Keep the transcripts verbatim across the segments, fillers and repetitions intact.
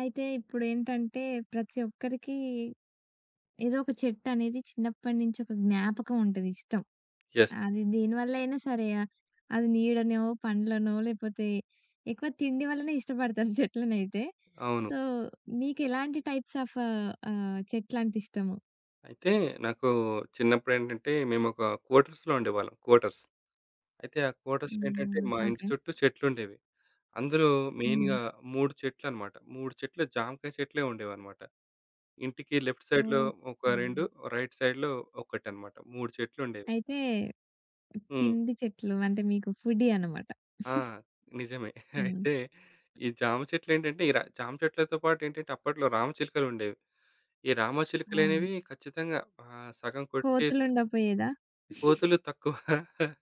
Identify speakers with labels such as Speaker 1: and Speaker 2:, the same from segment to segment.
Speaker 1: అయితే ఇప్పుడేంటంటే ప్రతి ఒక్కరికి ఏదో ఒక చెట్టు అనేది చిన్నప్పటి నుంచి ఒక జ్ఞాపకం ఉంటది ఇష్టం.
Speaker 2: యెస్.
Speaker 1: అది దేనివల్ల అయినా సరే ఆ- అది నీడనో, పండ్లనో లేపోతే ఎక్కువ తిండి వల్లనే ఇష్టపడతారు చెట్లనైతే.
Speaker 2: అవును.
Speaker 1: సో, మీకెలాంటి టైప్స్ ఆఫ్ ఆహ్, చెట్లంటే ఇష్టము?
Speaker 2: అయితే నాకు చిన్నప్పుడేంటంటే మేమొక క్వార్టర్స్‌లో ఉండేవాళ్ళం. క్వార్టర్స్. అయితే ఆ క్వార్టర్స్‌లేంటంటే
Speaker 1: హ్మ్.
Speaker 2: మా ఇంటి
Speaker 1: ఓకే.
Speaker 2: చుట్టూ చెట్లుండేవి. అందులో
Speaker 1: హుహు.
Speaker 2: మెయిన్‌గా మూడు చెట్లనమాట. మూడు చెట్లు జామకాయ చెట్లే ఉండేవనమాట. ఇంటికి లెఫ్ట్ సైడ్‌లో ఒక
Speaker 1: ఓహో!
Speaker 2: రెండు, రైట్ సైడ్‌లో ఒకటనమాట. మూడు చెట్లుండేవి.
Speaker 1: అయితే
Speaker 2: హ్మ్.
Speaker 1: తిండి చెట్లు అంటే మీకు ఫుడ్డీ అనమాట.
Speaker 2: ఆ! నిజమే.
Speaker 1: హ్మ్.
Speaker 2: అయితే ఈ జామ చెట్లేంటంటే ఈ ర జామ చెట్లతో పాటేంటంటే అప్పట్లో రామచిలుకలుండేవి. ఈ
Speaker 1: ఆ!
Speaker 2: రామచిలుకలనేవి ఖచ్చితంగా ఆహ్, సగం కొట్టేసి
Speaker 1: కోతులుండపోయేదా?
Speaker 2: కోతులు తక్కువ.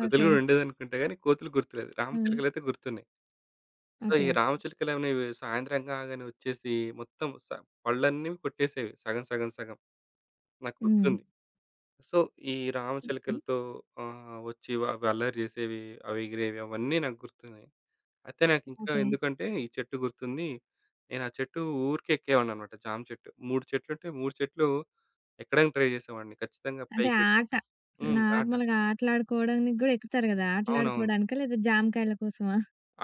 Speaker 2: కోతులు
Speaker 1: ఓకే.
Speaker 2: గూడా ఉండేదనుకుంటా గానీ, కోతులు గుర్తులేదు.
Speaker 1: ఆ!
Speaker 2: రామచిలుకలైతే గుర్తున్నాయి. So,
Speaker 1: okay.
Speaker 2: ఈ
Speaker 1: ఓకే.
Speaker 2: రామచిలుకలనేవి సాయంత్రం కాగానే వచ్చేసి మొత్తం స పళ్ళన్నీ కొట్టేసేవి సగం, సగం, సగం. నాకు
Speaker 1: హ్మ్.
Speaker 2: గుర్తుంది. సో, ఈ రామచిలుకలతో ఆహ్, వచ్చి వా- అవి అల్లరి చేసేవి, అవి ఎగిరేవి అవన్నీ నాకు గుర్తున్నాయి. అయితే నాకింకా
Speaker 1: ఓకే.
Speaker 2: ఎందుకంటే ఈ చెట్టు గుర్తుంది. నేను ఆ చెట్టు ఊరికే ఎక్కేవాడినన్నమాట జామ చెట్టు. మూడు చెట్లుంటే మూడు చెట్లు ఎక్కడానికి ట్రై చేసేవాడిని. ఖచ్చితంగా
Speaker 1: అంటే
Speaker 2: పైకి
Speaker 1: ఆట.
Speaker 2: హ్మ్. ఆట.
Speaker 1: నార్మల్‌గా ఆటలాడుకోవడానికి గూడా ఎక్కుతారు గదా!
Speaker 2: అవునవును.
Speaker 1: ఆటలాడుకోవడానికా? లేదా జామకాయల కోసమా?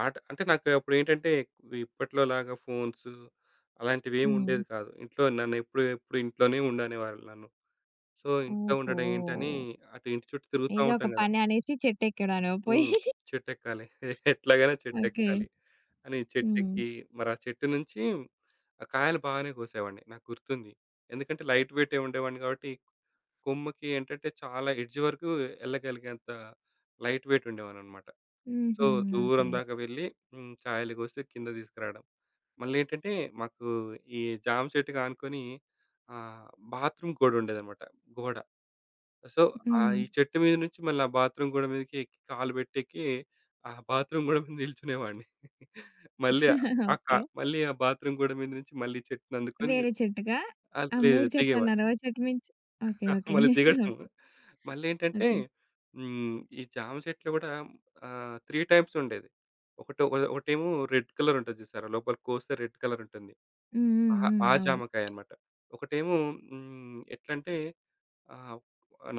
Speaker 2: ఆట అంటే నాకు అప్పుడేంటంటే ఇప్పట్లో లాగా ఫోన్స్ అలాంటివి ఏమి
Speaker 1: హ్మ్.
Speaker 2: ఉండేది కాదు. ఇంట్లో నన్ను ఎప్పుడు ఎప్పుడు ఇంట్లోనే ఉండనేవాళ్ళు నన్ను. సో, ఇంట్లో
Speaker 1: ఓహో!
Speaker 2: ఉండడం ఏంటని అటు ఇంటి చుట్టూ తిరుగుతా
Speaker 1: ఏదో ఒక
Speaker 2: ఉంటాం గదా!
Speaker 1: పని అనేసి చెట్టెక్కాడనో పోయి.
Speaker 2: హ్మ్. చెట్టెక్కాలి. ఎట్లాగైనా
Speaker 1: ఓకే.
Speaker 2: చెట్టెక్కాలి అని
Speaker 1: హ్మ్.
Speaker 2: చెట్టెక్కి మరి ఆ చెట్టు నుంచి ఆ కాయలు బాగానే కోసేవాడిని. నాకు గుర్తుంది. ఎందుకంటే లైట్ వెయిటే ఉండేవాడిని కాబట్టి కొమ్మకి ఏంటంటే చాలా ఎడ్జ్ వరకు ఎళ్ళగలిగేంత లైట్ వెయిట్ ఉండేవాడినన్నమాట. సో,
Speaker 1: హుహు. ఓకే.
Speaker 2: దూరం దాకా వెళ్ళి హ్మ్. కాయలు కోసి కింద తీసుకురావడం. మళ్ళేంటంటే మాకు ఈ జామ చెట్టుకి ఆనుకొని ఆహ్, బాత్రూమ్ గోడ ఉండేదనమాట. గోడ. సో, ఆహ్,
Speaker 1: హ్మ్.
Speaker 2: ఈ చెట్టు మీద నుంచి మళ్ళీ ఆ బాత్రూమ్ గోడ మీదకి ఎక్కి కాలు పెట్టెక్కి ఆ బాత్రూమ్ గోడ మీద నిల్చునేవాడిని. మళ్ళీ ఆ క
Speaker 1: ఓకే.
Speaker 2: మళ్ళీ ఆ బాత్రూమ్ గోడ మీద నుంచి మళ్ళీ చెట్టుని అందుకొని
Speaker 1: వేరే చెట్టుకా?
Speaker 2: అది
Speaker 1: ఆ!
Speaker 2: లేదు
Speaker 1: మూడు
Speaker 2: దిగేవాడిని.
Speaker 1: చెట్లన్నారు. ఓ చెట్టు మించి ఓకే. ఓకే.
Speaker 2: మళ్ళీ దిగడం.
Speaker 1: ఓకే.
Speaker 2: మళ్ళేంటంటే
Speaker 1: ఓకే.
Speaker 2: హ్మ్. ఈ జామ చెట్లు గూడా ఆహ్, మూడు టైప్స్ ఉండేది. ఒకటో ఒకటేమో రెడ్ కలర్ ఉంటది చూసారా? లోపల కోస్తే రెడ్ కలర్ ఉంటుంది.
Speaker 1: హ్మ్.
Speaker 2: ఆ
Speaker 1: హ్మ్.
Speaker 2: ఆ
Speaker 1: హ్మ్. అవును.
Speaker 2: జామకాయ అన్నమాట. ఒకటేమో హ్మ్. ఎట్లంటే ఆహ్,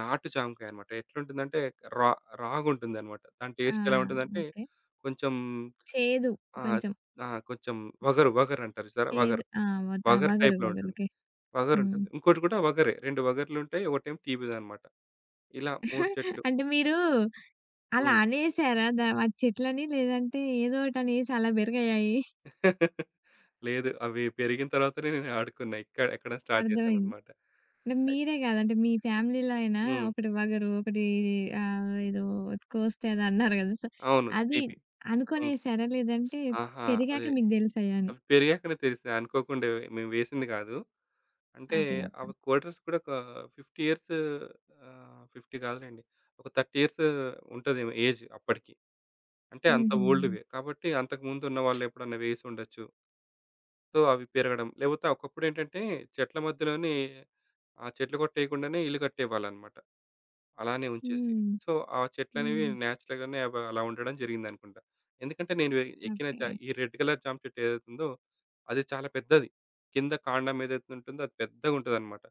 Speaker 2: నాటు జామకాయ అన్నమాట. ఎట్లుంటుందంటే రా రాగుంటుందన్నమాట. దాని
Speaker 1: ఆ!
Speaker 2: టేస్ట్ ఎలా ఉంటుందంటే
Speaker 1: ఓకే.
Speaker 2: కొంచెం
Speaker 1: చేదు
Speaker 2: ఆహ్,
Speaker 1: కొంచెం.
Speaker 2: ఆ! కొంచెం వగరు వగరు అంటారు చూసారా?
Speaker 1: చేదు.
Speaker 2: వగరు.
Speaker 1: ఆ! వ
Speaker 2: వగరు
Speaker 1: వగరు.
Speaker 2: టైప్‌లో
Speaker 1: వగరు.
Speaker 2: ఉంటుంది.
Speaker 1: ఓకే. హ్మ్.
Speaker 2: వగరుంటుంది. ఇంకోటి కూడా వగరే. రెండు వగర్లుంటాయి. ఒకటేమో తీపిదన్నమాట. ఇలా మూడు చెట్లు.
Speaker 1: అంటే మీరు అలా
Speaker 2: హ్మ్.
Speaker 1: అనేసారా? దా వాటి చెట్లని లేదంటే ఏదోకటనేసి అలా బెరిగాయి?
Speaker 2: లేదు. అవి పెరిగిన తర్వాతనే నేను ఆడుకున్నా. ఇక్కడ ఎక్కడం స్టార్ట్
Speaker 1: అర్థమైంది.
Speaker 2: చేశానన్నమాట.
Speaker 1: అంటే మీరే గాదు అంటే మీ ఫ్యామిలీలో అయినా
Speaker 2: హ్మ్.
Speaker 1: ఒకటి వగరు, ఒకటి ఆహ్, ఏదో కోస్తే ఏదో అన్నారు గదా! సో,
Speaker 2: అవును.
Speaker 1: అది
Speaker 2: తీపి. హ్మ్.
Speaker 1: అనుకోనేసారా? లేదంటే
Speaker 2: ఆహా!
Speaker 1: పెరిగాక
Speaker 2: అదే.
Speaker 1: మీకు దెలిసాయా అని?
Speaker 2: అవి పెరిగాకనే తెలిసింది. అనుకోకుండా వే- మేము వేసింది కాదు. అంటే
Speaker 1: ఓకే. ఓకే.
Speaker 2: అవి క్వార్టర్స్ కూడా ఒక యాభై ఇయర్స్ ఆహ్, యాభై కాదులెండి. ఒక ముప్పై ఇయర్స్ ఉంటదేమో ఏజ్ అప్పటికి. అంటే అంత
Speaker 1: హుహు.
Speaker 2: ఓల్డ్‌వే. కాబట్టి అంతకుముందు ఉన్న వాళ్ళు ఎప్పుడన్నా వేసి ఉండొచ్చు. సో, అవి పెరగడం. లేపోతే ఒకప్పుడేంటంటే చెట్ల మధ్యలోనే ఆ చెట్లు కొట్టేయకుండానే ఇల్లు కట్టేవాళ్ళనమాట. అలానే ఉంచేసి.
Speaker 1: హ్మ్.
Speaker 2: సో, ఆ చెట్లనేవి
Speaker 1: హ్మ్.
Speaker 2: నేచురల్‌గానే అవి అలా ఉండడం జరిగిందనుకుంటా. ఎందుకంటే నేను ఎ- ఎక్కిన జ
Speaker 1: ఓకే.
Speaker 2: ఈ రెడ్ కలర్ జామ చెట్టు ఏదైతుందో అది చాలా పెద్దది. కింద కాండం ఏదైతే ఉంటుందో అది పెద్దగుంటదనమాట.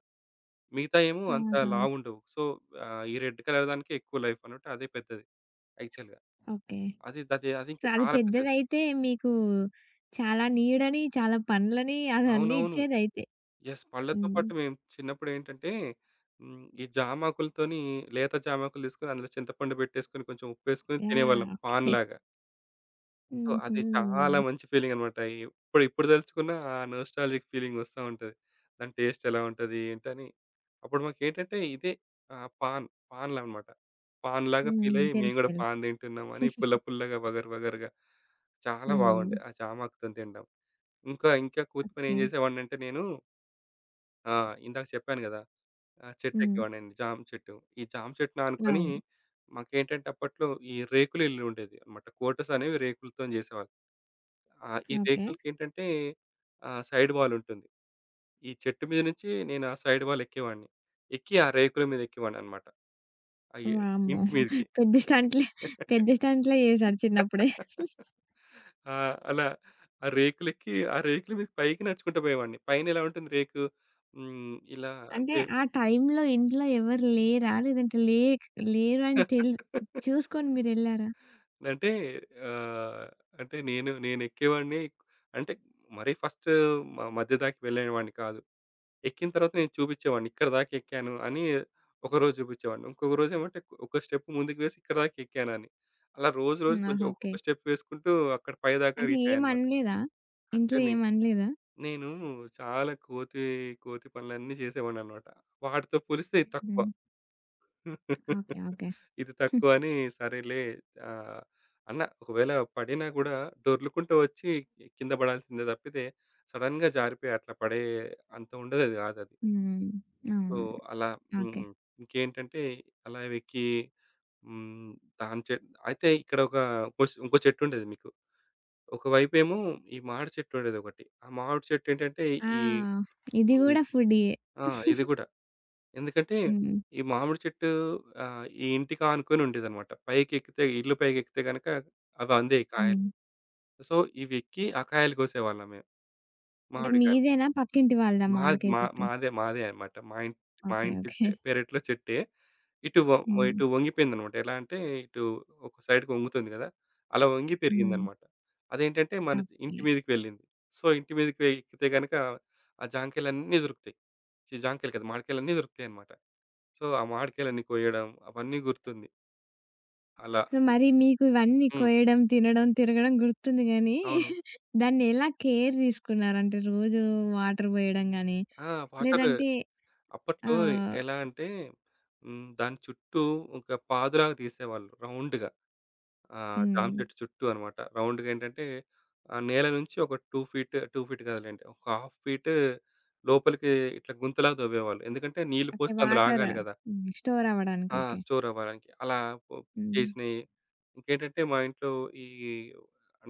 Speaker 2: మిగతాయి ఏమో అంత
Speaker 1: ఆహా!
Speaker 2: లావుండవు. సో, ఆహ్, ఈ రెడ్ కలర్ దానికే ఎక్కువ లైఫ్ అన్నట్టు అదే పెద్దది యాక్చువల్‌గా.
Speaker 1: ఓకే.
Speaker 2: అది దది
Speaker 1: సో,
Speaker 2: అదింకా
Speaker 1: అది
Speaker 2: చాలా పెద్దది.
Speaker 1: పెద్దదైతే మీకు చాలా నీడని, చాలా పండ్లని అవన్నీ
Speaker 2: అవునవును.
Speaker 1: ఇచ్చేదయితే.
Speaker 2: యెస్. పళ్ళతో
Speaker 1: హ్మ్.
Speaker 2: పాటు మేము చిన్నప్పుడేంటంటే హ్మ్. ఈ జామాకులతోని లేత జామాకులు తీసుకొని అందులో చింతపండు పెట్టేసుకొని కొంచెం ఉప్పేసుకొని తినేవాళ్ళం
Speaker 1: యాహ్!
Speaker 2: పాన్‌లాగా. సో,
Speaker 1: హుహు.
Speaker 2: అది చాలా మంచి ఫీలింగనమాట. ఇప్పుడు ఇప్పుడు తలుచుకున్న ఆ నోస్టాల్జిక్ ఫీలింగొస్తా ఉంటది. దాని టేస్ట్ ఎలా ఉంటది ఏంటని. అప్పుడు మాకేంటంటే ఇదే ఆహ్, పాన్ పాన్‌లనమాట. పాన్‌లాగా
Speaker 1: హ్మ్.
Speaker 2: ఫీలయ్యి మేము
Speaker 1: తెలుసు.
Speaker 2: గూడా
Speaker 1: తెలుసు.
Speaker 2: పాన్ తింటున్నామని పుల్ల పుల్లగా, వగరు వగరుగా చాలా బాగుండే
Speaker 1: హ్మ్.
Speaker 2: ఆ జామాకుతోని తినడం. ఇంకా ఇంకా కూతి పనేం
Speaker 1: ఓకే.
Speaker 2: చేసేవాడినంటే నేను ఆహ్, ఇందాక చెప్పాను గదా! ఆ!
Speaker 1: హ్మ్.
Speaker 2: చెట్టెక్కేవాడినండి. జామ చెట్టు. ఈ జామ చెట్టుని ఆనుకొని
Speaker 1: అవును.
Speaker 2: మాకేంటంటే అప్పట్లో ఈ రేకుల ఇల్లు ఉండేది అన్నమాట. క్వార్టర్స్ అనేవి రేకులతోని జేసేవాళ్ళు. ఆహ్, ఈ
Speaker 1: ఓకే.
Speaker 2: రేకులకేంటంటే ఆహ్, సైడ్ వాల్ ఉంటుంది. ఈ చెట్టు మీద నుంచి నేను ఆ సైడ్ వాల్ ఎక్కేవాడిని. ఎక్కి ఆ రేకుల మీద ఎక్కేవాడినన్నమాట. అయ్యే
Speaker 1: వామ్మో!
Speaker 2: ఇంటి మీదకి.
Speaker 1: పెద్ద స్టంట్‌లే పెద్ద స్టంట్‌లే చేశారు చిన్నప్పుడే.
Speaker 2: ఆ! అలా ఆ రేకులెక్కి ఆ రేకుల మీద పైకి నడుచుకుంటూ పోయేవాడిని. పైన ఎలా ఉంటుంది రేకు హ్మ్. ఇలా
Speaker 1: అంటే
Speaker 2: అంటే
Speaker 1: ఆ టైంలో ఇంట్లో ఎవరు లేరా? లేదంటే లే లేరని తెల్ చూసుకొని మీరెళ్లారా?
Speaker 2: అంటే ఆహ్, అంటే నేను నేనెక్కేవాడిని. అంటే మరీ ఫస్ట్ మ మధ్య దాకా వెళ్ళేవాడిని కాదు. ఎక్కిన తర్వాత నేను చూపించేవాడిని. ఇక్కడి దాకా ఎక్కాను అని ఒకరోజు చూపించేవాడిని. ఇంకొక రోజు ఏమంటే ఒక స్టెప్ ముందుకు వేసి ఇక్కడి దాకా ఎక్కానని. అలా రోజు రోజు
Speaker 1: హ్మ్.
Speaker 2: కొంచెం
Speaker 1: ఆహా! ఓకే.
Speaker 2: ఒక్కొక్క స్టెప్ వేసుకుంటూ అక్కడ పైదాకా
Speaker 1: అంటే
Speaker 2: రీచ్ అయ్యానన్నమాట.
Speaker 1: ఏమనలేదా? ఇంట్లో
Speaker 2: అంతేనే
Speaker 1: ఏమనలేదా?
Speaker 2: నేను చాలా కోతి కోతి పనులన్నీ చేసేవాడినన్నమాట. వాటితో పోలిస్తే ఇది తక్కువ.
Speaker 1: హ్మ్. ఓకే. ఓకే.
Speaker 2: ఇది తక్కువ అని సరేలే ఆహ్, అన్న ఒకవేళ పడినా గూడా డొర్లుకుంటూ వచ్చి కింద పడాల్సిందే తప్పితే సడెన్‌గా జారిపోయి అట్లా పడే అంత ఉండేది కాదది.
Speaker 1: హ్మ్.
Speaker 2: సో,
Speaker 1: అవునవును.
Speaker 2: అలా
Speaker 1: ఓకే.
Speaker 2: హ్మ్. ఇంకేంటంటే అలా ఎక్కి హ్మ్. తాను చె అయితే ఇక్కడ ఒక కొస్ ఇంకో చెట్టుండేది మీకు. ఒకవైపేమో ఈ మామిడి చెట్టుండేదొకటి. ఆ మామిడి చెట్టు ఏంటంటే
Speaker 1: ఆ!
Speaker 2: ఈ
Speaker 1: ఇది
Speaker 2: హ్మ్.
Speaker 1: గూడా ఫుడ్డీయే.
Speaker 2: ఆ! ఇది గూడా. ఎందుకంటే,
Speaker 1: హ్మ్.
Speaker 2: ఈ మామిడి చెట్టు ఆహ్, ఈ ఇంటికి ఆనుకొని ఉండేదనమాట. పైకెక్కితే ఇల్లు పైకెక్కితే గనక అవి అందేయి కాయలు.
Speaker 1: హ్మ్.
Speaker 2: సో, ఇవెక్కి ఆ కాయలు కోసేవాళ్ళం మేము.
Speaker 1: అంటే
Speaker 2: మామిడికాయలు.
Speaker 1: మీదేనా? పక్కింటి వాళ్ళదా
Speaker 2: మాద్
Speaker 1: మామిడికాయ
Speaker 2: మా
Speaker 1: చెట్టు?
Speaker 2: మాదే మాదే అనమాట. మా ఇంటి మా
Speaker 1: ఓకే.
Speaker 2: ఇంటి
Speaker 1: ఓకే.
Speaker 2: చె పెరట్లో చెట్టే. ఇటు వ
Speaker 1: హ్మ్.
Speaker 2: ఇటు వంగిపోయిందనమాట. ఎలా అంటే, ఇటు ఒక సైడ్‌కి వంగుతుంది గదా! అలా వంగి
Speaker 1: హ్మ్.
Speaker 2: పెరిగిందనమాట. అదేంటంటే, మన
Speaker 1: ఓకే.
Speaker 2: ఇంటి మీదకి వెళ్ళింది. సో, ఇంటి మీదకి ఎక్కితే గనక ఆ జాంకాయలన్నీ దొరుకుతాయి. ఛీ! జాంకాయలు కాదు మామిడికాయలన్నీ దొరుకుతాయనమాట. సో, ఆ మామిడికాయలన్నీ కోయడం అవన్నీ గుర్తుంది. అలా.
Speaker 1: సో, మరి మీకు ఇవన్నీ
Speaker 2: హ్మ్.
Speaker 1: కోయడం, తినడం, తిరగడం గుర్తుంది గానీ,
Speaker 2: అవును.
Speaker 1: దాన్నెలా కేర్ తీసుకున్నారు? అంటే రోజు వాటర్ పోయడం గానీ,
Speaker 2: ఆ! వాటర్
Speaker 1: లేదంటే
Speaker 2: అప్పట్లో
Speaker 1: ఆహ్,
Speaker 2: ఎలా అంటే హ్మ్, దాని చుట్టూ ఒక పాదులాగా తీసేవాళ్ళు రౌండ్‌గా. ఆహ్, జామ
Speaker 1: హ్మ్.
Speaker 2: చెట్టు చుట్టూ అన్నమాట. రౌండ్‌గా ఏంటంటే ఆ నేల నుంచి ఒక రెండు ఫీట్, రెండు ఫీట్ కాదులెండి. ఒక హాఫ్ ఫీట్ లోపలికి ఇట్లా గుంతలాగా తవ్వేవాళ్ళు. ఎందుకంటే నీళ్లు
Speaker 1: ఓకే.
Speaker 2: పోస్తే అందులో
Speaker 1: వాటర్
Speaker 2: ఆగాలి కదా!
Speaker 1: హ్మ్. స్టోర్ అవ్వడానికి.
Speaker 2: ఆ!
Speaker 1: ఓకే.
Speaker 2: స్టోర్ అవ్వడానికి. అలా పొ
Speaker 1: హ్మ్.
Speaker 2: చేసినయి. ఇంకేంటంటే మా ఇంట్లో ఈ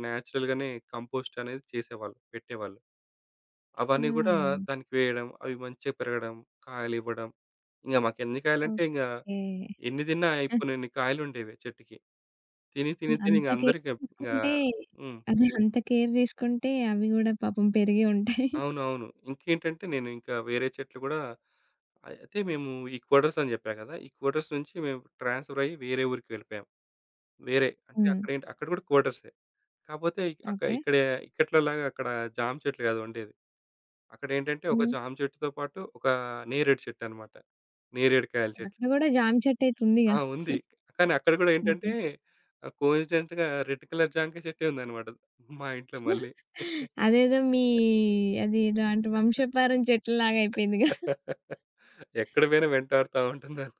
Speaker 2: నేచురల్‌గానే కంపోస్ట్ అనేది చేసేవాళ్ళు. పెట్టేవాళ్ళు. అవన్నీ గూడా
Speaker 1: ఆ!
Speaker 2: దానికి వేయడం, అవి మంచిగా పెరగడం, కాయలివ్వడం. ఇంగ మాకెన్ని కాయలంటే ఇంగ
Speaker 1: ఓకే.
Speaker 2: ఎన్ని తిన్నా అయిపోనన్ని కాయలుండేవి చెట్టుకి. తిని, తిని, తిని
Speaker 1: అంత
Speaker 2: ఇంగ
Speaker 1: కేర్
Speaker 2: అందరికి ఇంగా
Speaker 1: తీసుకుంటే
Speaker 2: హ్మ్.
Speaker 1: అదే అంత కేర్ తీసుకుంటే అవి గూడా పాపం పెరిగి ఉంటాయి.
Speaker 2: అవునవును. ఇంకేంటంటే నేను ఇంకా వేరే చెట్లు గూడా అయితే మేము ఈ క్వార్టర్స్ అని జెప్పా గదా! ఈ క్వార్టర్స్ నుంచి మేము ట్రాన్స్‌ఫర్ అయ్యి వేరే ఊరికి వెళ్ళిపోయాం. వేరే అంటే
Speaker 1: హ్మ్.
Speaker 2: అక్కడేంటి అక్కడ గూడా క్వార్టర్సే. కాపోతే అక్క
Speaker 1: ఓకే.
Speaker 2: ఇక్కడ ఇక్కట్లోలాగా అక్కడ జామ చెట్లు గాదు ఉండేది. అక్కడేంటంటే ఒక
Speaker 1: హ్మ్.
Speaker 2: జామ చెట్టుతో పాటు ఒక నేరేడు చెట్టన్నమాట. నేరేడు కాయల
Speaker 1: అక్కడ
Speaker 2: చెట్టు.
Speaker 1: గూడా జామ చెట్టయితే ఉందిగా.
Speaker 2: ఆ! ఉంది. కానీ అక్కడ గూడా ఏంటంటే
Speaker 1: ఓకే.
Speaker 2: ఆహ్, కోఇన్సిడెంట్‌గా రెడ్ కలర్ జాంకాయ చెట్టే ఉందన్నమాట. మా ఇంట్లో మళ్ళీ.
Speaker 1: అదేదో మీ అదేదో అంటే వంశపారం చెట్టులాగా అయిపోయిందిగా.
Speaker 2: ఎక్కడ పోయినా వెంటాడుతా ఉంటుందను.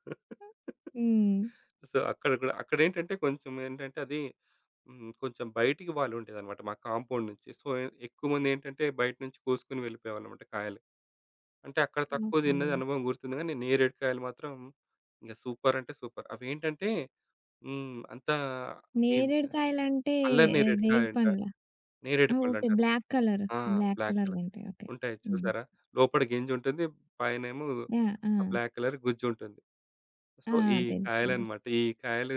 Speaker 1: హ్మ్.
Speaker 2: సో, అక్కడ గూడా అక్కడేంటంటే కొంచెం ఏంటంటే అది హ్మ్. కొంచెం బయటికి వాలుండేదన్నమాట మా కాంపౌండ్ నుంచి. సో, ఎక్కువ మందేంటంటే బయట నుంచి కోసుకొని వెళ్ళిపోయేవాళ్ళన్నమాట కాయలు. అంటే అక్కడ తక్కువ
Speaker 1: ఓహో!
Speaker 2: తిన్నది అనుభవం గుర్తుంది గానీ, నేరేడు కాయలు మాత్రం ఇంక సూపర్ అంటే సూపర్. అవేంటంటే హ్మ్. అంతా ఈ
Speaker 1: నేరేడు కాయలంటే
Speaker 2: అల్లరి
Speaker 1: ఆహ్,
Speaker 2: నేరేడు
Speaker 1: రేగు
Speaker 2: కాయంట.
Speaker 1: పండ్లా?
Speaker 2: నేరేడు
Speaker 1: ఆ! ఓకే.
Speaker 2: పళ్ళంటారు.
Speaker 1: Black colour.
Speaker 2: ఆ!
Speaker 1: బ్లాక్
Speaker 2: బ్లాక్
Speaker 1: కలర్‌గా
Speaker 2: కలర్.
Speaker 1: ఉంటాయి. ఓకే.
Speaker 2: ఉంటాయి
Speaker 1: హ్మ్.
Speaker 2: చూసారా? లోపల గింజుంటుంది. పైనేమో
Speaker 1: యాహ్! ఆ!
Speaker 2: ఆ బ్లాక్ కలర్ గుజ్జుంటుంది. సో,
Speaker 1: ఆ!
Speaker 2: ఈ
Speaker 1: తెలుసు. తెలుసు.
Speaker 2: కాయలనమాట. ఈ కాయలు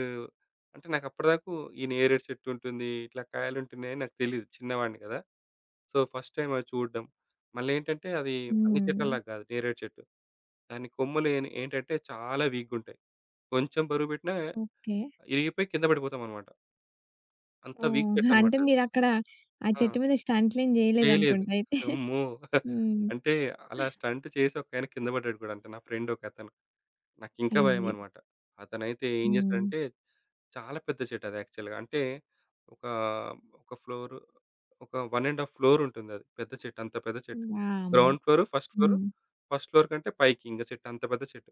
Speaker 2: అంటే నాకప్పటిదాకు ఈ నేరేడు చెట్టుంటుంది. ఇట్లా కాయలుంటున్నాయని నాకు తెలీదు. చిన్నవాడిని గదా! సో, ఫస్ట్ టైమ్ అవి చూడడం. మళ్ళేంటంటే అది అన్ని
Speaker 1: హ్మ్.
Speaker 2: చెట్లలాగా గాదు నేరేడు చెట్టు. దాని కొమ్మలు ఏన్ ఏంటంటే చాలా వీక్‌గుంటాయి. కొంచెం బరువు బెట్టినా
Speaker 1: ఓకే.
Speaker 2: ఇరిగిపోయి కింద పడిపోతామనమాట. అంత వీక్
Speaker 1: ఓహ్!
Speaker 2: చెట్టనమాట
Speaker 1: అంటే
Speaker 2: అది.
Speaker 1: మీరక్కడ ఆ
Speaker 2: ఆ!
Speaker 1: చెట్టు మీద స్టంట్‌లేం
Speaker 2: వేయలేదు.
Speaker 1: జేయలేదనుకుంటా అయితే.
Speaker 2: అమ్మో!
Speaker 1: హ్మ్.
Speaker 2: అంటే అలా స్టంట్ చేసి ఒకాయన కింద పడ్డాడు గూడా. అంటే నా ఫ్రెండ్ ఒకతను. నాకింకా
Speaker 1: అయ్యో!
Speaker 2: భయమనమాట. అతనైతే ఏం
Speaker 1: హ్మ్.
Speaker 2: చేశాడంటే చాలా పెద్ద చెట్టు అది యాక్చువల్‌గా. అంటే ఒక, ఒక ఫ్లోర్ ఒక ఒకటిన్నర ఫ్లోర్ ఉంటుందది. పెద్ద చెట్టు. అంత పెద్ద చెట్టు.
Speaker 1: వామ్మో!
Speaker 2: Ground floor, first floor.
Speaker 1: హ్మ్.
Speaker 2: ఫస్ట్ ఫ్లోర్ కంటే పైకి ఇంక చెట్టు అంత పెద్ద చెట్టు.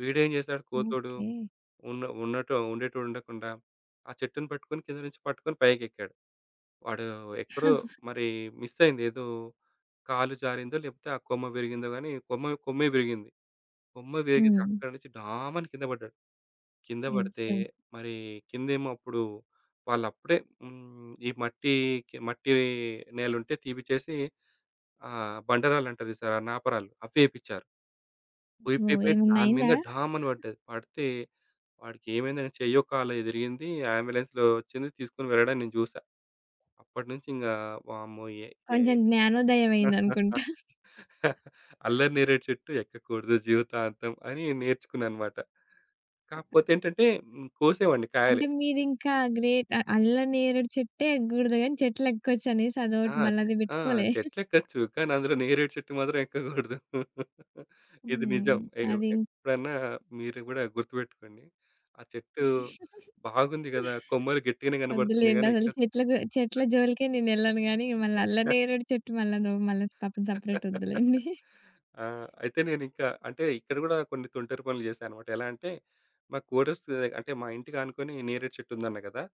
Speaker 2: వీడేం చేశాడు కోతోడు
Speaker 1: ఓకే.
Speaker 2: ఉన్న ఉన్నట్టు ఉండేటోడు ఉండకుండా ఆ చెట్టుని పట్టుకొని కింద నుంచి పట్టుకొని పైకెక్కాడు. వాడు ఎక్కడో మరి మిస్ అయింది. ఏదో కాలు జారిందో లేకపోతే ఆ కొమ్మ విరిగిందో గాని కొమ్మ కొమ్మే విరిగింది. కొమ్మ విరిగితే
Speaker 1: హ్మ్.
Speaker 2: అక్కడి నుంచి డామని కింద పడ్డాడు. కింద పడితే
Speaker 1: అయ్యో!
Speaker 2: మరి కిందేమో అప్పుడు వాళ్ళప్పుడే హ్మ్. ఈ మట్టి కి మట్టి నేలుంటే తీపిచ్చేసి ఆహ్, బండరాళ్ళంటారు చూసారా? నాపరాళ్ళు అవి ఏపిచ్చారు.
Speaker 1: ఓహ్!
Speaker 2: ఊపిపోయి
Speaker 1: ఏమన్నా
Speaker 2: దాని మీద
Speaker 1: అయిందా?
Speaker 2: ఢామని పడ్డది. పడితే వాడికి ఏమైందని చెయ్యో, కాలో ఇరిగింది. అంబులెన్స్‌లో వచ్చింది. తీసుకొని వెళ్ళడం నేను చూసా. అప్పటి నుంచి ఇంగా వామ్మో! ఏ ఏ
Speaker 1: కొంచెం జ్ఞానోదయమయిందనుకుంటా.
Speaker 2: అల్లరి నేరేడు చెట్టు ఎక్కకూడదు జీవితాంతం అని నేర్చుకున్నానన్నమాట. కాకపోతే ఏంటంటే హ్మ్, కోసేవాడిని కాయలు.
Speaker 1: అంటే మీదింకా గ్రేట్. అ అల్ల నేరేడు చెట్టే ఎక్కకూడదు గానీ చెట్లెక్కొచ్చనేసి
Speaker 2: ఆ!
Speaker 1: అదోటి
Speaker 2: చె
Speaker 1: మళ్ళది
Speaker 2: ఆ!
Speaker 1: బెట్టుకోలే.
Speaker 2: చెట్లెక్కొచ్చు. కానీ అందులో నేరేడు చెట్టు మాత్రం ఎక్కకూడదు. ఇది
Speaker 1: హ్మ్.
Speaker 2: నిజం. ఎ
Speaker 1: అదిం
Speaker 2: ఎప్పుడన్నా మీరు గూడా గుర్తుపెట్టుకోండి. ఆ చెట్టు బాగుంది గదా! కొమ్మలు గట్టిగానే కనబడుతున్నాయి
Speaker 1: వద్దులేండి.
Speaker 2: గానీ
Speaker 1: అసలు
Speaker 2: ఎక్కదు.
Speaker 1: చెట్లకు చెట్ల జోలికే నేనెళ్ళను గానీ మళ్ళీ అల్ల నేరేడు చెట్టు మళ్ళను మళ్ళా పాపం సెపరేట్ వద్దులేండి.
Speaker 2: ఆ! అయితే నేనింకా అంటే ఇక్కడ గూడా కొన్ని తుంటరి పనులు జేశానన్నమాట. ఎలా అంటే మా కోరస్ అంటే మా ఇంటికి ఆనుకొని నేరేడు చెట్టుందన్నా గదా!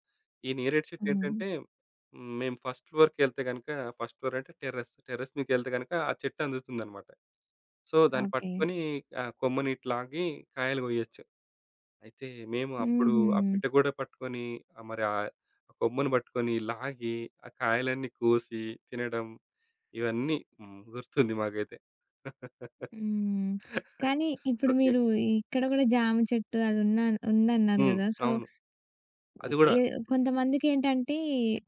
Speaker 2: ఈ నేరేడు
Speaker 1: హ్మ్.
Speaker 2: చెట్టేంటంటే హ్మ్, మేము ఫస్ట్ ఫ్లోర్‌కెళ్తే గనక ఫస్ట్ ఫ్లోర్ అంటే టెర్రస్. టెర్రస్ మీదకెళ్తే గనక ఆ చెట్టు అందుతుందన్నమాట. సో, దాన్ని
Speaker 1: ఓకే.
Speaker 2: పట్టుకొని ఆహ్, కొమ్మని ఇట్లా లాగి కాయలు గొయ్యొచ్చు. అయితే మేము అప్పుడు
Speaker 1: హుహు.
Speaker 2: ఆ పిట్ట గూడ పట్టుకొని ఆహ్, మరి ఆ ఆ కొమ్మను పట్టుకొని లాగి ఆ కాయలన్నీ కోసి తినడం ఇవన్నీ హ్మ్. గుర్తుంది మాకైతే.
Speaker 1: హ్మ్. కానీ ఇప్పుడు
Speaker 2: ఓకే.
Speaker 1: మీరు ఇక్కడ గూడా జామ చెట్టు అదున్న ఉందన్నారు
Speaker 2: హ్మ్.
Speaker 1: గదా! సో
Speaker 2: అవును.
Speaker 1: హ్మ్.
Speaker 2: అది గూడా.
Speaker 1: ఏ కొంతమందికేంటంటే,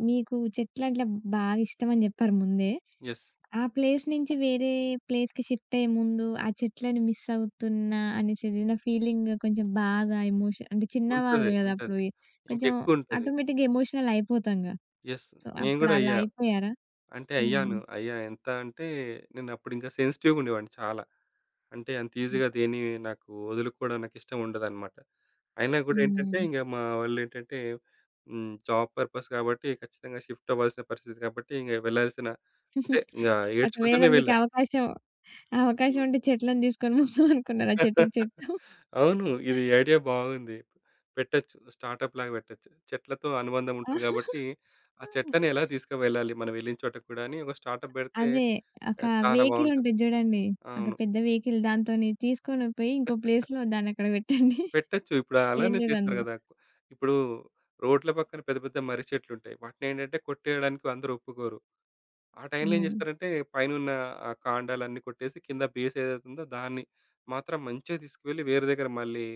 Speaker 1: మీకు చెట్లంటే బాగా ఇష్టమని జెప్పారు ముందే.
Speaker 2: యెస్.
Speaker 1: ఆ ప్లేస్ నుంచి వేరే ప్లేస్‌కి షిఫ్ట్ అయ్యే ముందు, ఆ చెట్లని మిస్ అవుతున్నా అనేసిదిన ఫీలింగ్ కొంచెం బాగా ఎమోషన్ అంటే చిన్నవాళ్ళు
Speaker 2: ఉంటది.
Speaker 1: గదా!
Speaker 2: ఉంటది.
Speaker 1: అప్పుడు ఈ- కొంచెం
Speaker 2: ఇంకెక్కువుంటది.
Speaker 1: ఆటోమేటిక్‌గా ఎమోషనల్ అయిపోతాంగా.
Speaker 2: యెస్.
Speaker 1: సో,
Speaker 2: నేను
Speaker 1: అప్పుడు
Speaker 2: గూడా
Speaker 1: అలా
Speaker 2: అయ్యా.
Speaker 1: అయిపోయారా?
Speaker 2: అంటే
Speaker 1: హ్మ్.
Speaker 2: అయ్యాను. అయ్యా ఎంత అంటే నేనప్పుడింకా సెన్సిటివ్‌గా ఉండేవాడిని చాలా. అంటే అంత ఈజీగా దేన్ని నాకు వదులుకోవడం నాకిష్టం ఉండదనమాట. అయినా గూడా ఏంటంటే
Speaker 1: హ్మ్.
Speaker 2: ఇంగ మా వోళ్ళేంటంటే హ్మ్. జాబ్ పర్పస్ కాబట్టి ఖచ్చితంగా షిఫ్ట్ అవ్వాల్సిన పరిస్థితి కాబట్టి ఇంగ వెళ్ళాల్సిన అంటే ఇంగ
Speaker 1: ఒకవేళ
Speaker 2: ఏడ్చుకుంటూనే
Speaker 1: మీకు
Speaker 2: వెళ్ళా.
Speaker 1: అవకాశం అవకాశం
Speaker 2: హ్మ్.
Speaker 1: ఉంటే చెట్లను తీసుకొని పోదాం అనుకున్నారా చెట్టుకి చెట్టు?
Speaker 2: అవును. ఇది ఐడియా బాగుంది. పెట్టొచ్చు. స్టార్టప్ లాగా పెట్టొచ్చు. చెట్లతో అనుబంధం ఉంటది గాబట్టి, ఆ చెట్లని ఎలా తీసుకువెళ్ళాలి మనం వెళ్ళిన చోటకి కూడా అని ఒక స్టార్టప్ పెడితే
Speaker 1: అదే. ఒక
Speaker 2: ఆహ్, చాలా
Speaker 1: వెహికల్
Speaker 2: బావుంటది.
Speaker 1: ఉంటది జూడండి. ఒక
Speaker 2: అవును.
Speaker 1: పెద్ద వెహికల్ దాంతోని తీసుకొని పోయి ఇంకో ప్లేస్‌లో దాన్నక్కడ పెట్టండి.
Speaker 2: పెట్టొచ్చు. ఇప్పుడు
Speaker 1: ఏం
Speaker 2: అలానే చేస్తారు
Speaker 1: లేదందులో.
Speaker 2: గదా! ఇప్పుడు రోడ్ల పక్కన పెద్ద పెద్ద మర్రి చెట్లుంటాయి. వాటినేంటంటే కొట్టేయడానికి అందరూ ఒప్పుకోరు. ఆ టైంలో ఏం
Speaker 1: హ్మ్.
Speaker 2: చేస్తారంటే పైనున్న ఆ కాండాలన్నీ కొట్టేసి కింద బేస్ ఏదైతే ఉందో దాన్ని మాత్రం మంచిగా తీసుకువెళ్ళి వేరే దగ్గర మళ్ళీ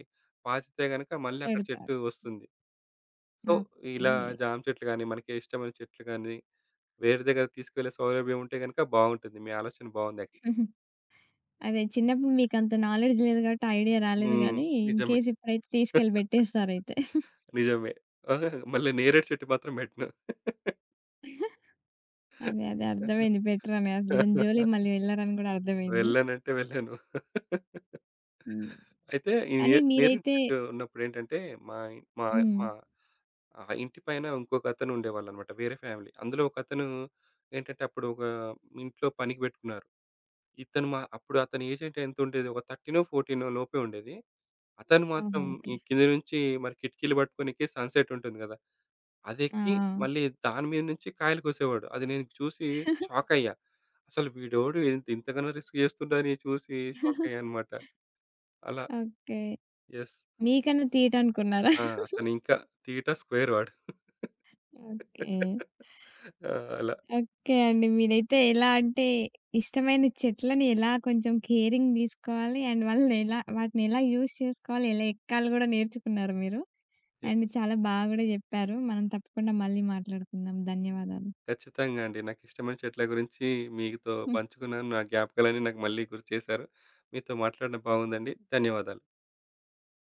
Speaker 2: పాతితే గనక మళ్ళీ అక్కడ
Speaker 1: పెడతారు.
Speaker 2: చెట్టు వస్తుంది. So,
Speaker 1: okay.
Speaker 2: ఇలా జామ చెట్లు గాని, మనకి ఇష్టమైన చెట్లు గాని, వేరే దగ్గర తీసుకువెళ్ళే సౌలభ్యం ఉంటే గనుక బావుంటుంది. మీ ఆలోచన బావుంది యాక్చువల్‌గా.
Speaker 1: అదే చిన్నప్పుడు మీకంత నాలెడ్జ్ లేదు గాబట్టి ఐడియా రాలేదు
Speaker 2: హ్మ్.
Speaker 1: గానీ, ఇన్
Speaker 2: నిజమే.
Speaker 1: కేస్ ఇప్పుడైతే తీసుకెళ్ళి బెట్టేస్తారయితే.
Speaker 2: నిజమే. ఆ! మళ్ళీ నేరేడు చెట్టు మాత్రం పెట్టను.
Speaker 1: అదే. అదే. అర్థమైంది. బెటరని అసలు దాని జోలికి మళ్ళీ వెళ్లరని గూడా అర్థమైంది.
Speaker 2: వెళ్ళనంటే వెళ్ళను.
Speaker 1: హ్మ్.
Speaker 2: అయితే ఈ నే
Speaker 1: కానీ
Speaker 2: నేరేడు
Speaker 1: మీరైతే
Speaker 2: చెట్టు ఉన్నప్పుడేంటంటే, మా ఇన్ మా
Speaker 1: హ్మ్.
Speaker 2: మా ఆహ్, ఇంటి పైన ఇంకొకతను ఉండేవాళ్ళన్నమాట. వేరే ఫ్యామిలీ. అందులో ఒకతను ఏంటంటే, అప్పుడు ఒక ఇంట్లో పనికి పెట్టుకున్నారు. ఇతను మా అప్పుడు అతని ఏజ్ అంటే ఎంతుండేది ఒక పదమూడో, పధ్నాలుగో లోపే ఉండేది. అతను
Speaker 1: ఆహా!
Speaker 2: మాత్రం
Speaker 1: ఓకే.
Speaker 2: ఈ కింద నుంచి మరి కిటికీలు పట్టుకొని ఎక్కి సన్‌సెట్ ఉంటుంది గదా!
Speaker 1: ఆ!
Speaker 2: అదెక్కి మళ్ళీ దాని మీద నుంచి కాయలు కోసేవాడు. అది నేను చూసి షాకయ్యా. అసలు వీడెవడు ఇంత ఇంతకన్నా రిస్క్ చేస్తుండని చూసి షాకయ్యా అనమాట. అలా
Speaker 1: ఆ! ఓకే.
Speaker 2: యెస్.
Speaker 1: మీకన్నా తీయటనుకున్నారా?
Speaker 2: ఆ! అతనింకా తీటా స్క్వేర్ వాడు.
Speaker 1: ఓకే.
Speaker 2: ఆ! అలా.
Speaker 1: ఓకే అండి. మీరైతే ఎలా అంటే ఇష్టమైన చెట్లని ఎలా కొంచెం కేరింగ్ తీసుకోవాలి. అండ్ వాళ్ళనెలా వాటినెలా యూజ్ చేసుకోవాలి, ఎలా ఎక్కాలి గూడా నేర్చుకున్నారు మీరు.
Speaker 2: యెస్.
Speaker 1: అండ్ చాలా బాగా గూడా జెప్పారు. మనం తప్పకుండా మళ్ళీ మాట్లాడుకుందాం. ధన్యవాదాలు.
Speaker 2: ఖచ్చితంగా అండి. నాకిష్టమైన చెట్ల గురించి మీతో పంచుకున్నాను. నా జ్ఞాపకాలన్నీ నాకు మళ్ళీ గుర్తు చేశారు. మీతో మాట్లాడడం బాగుందండి. ధన్యవాదాలు.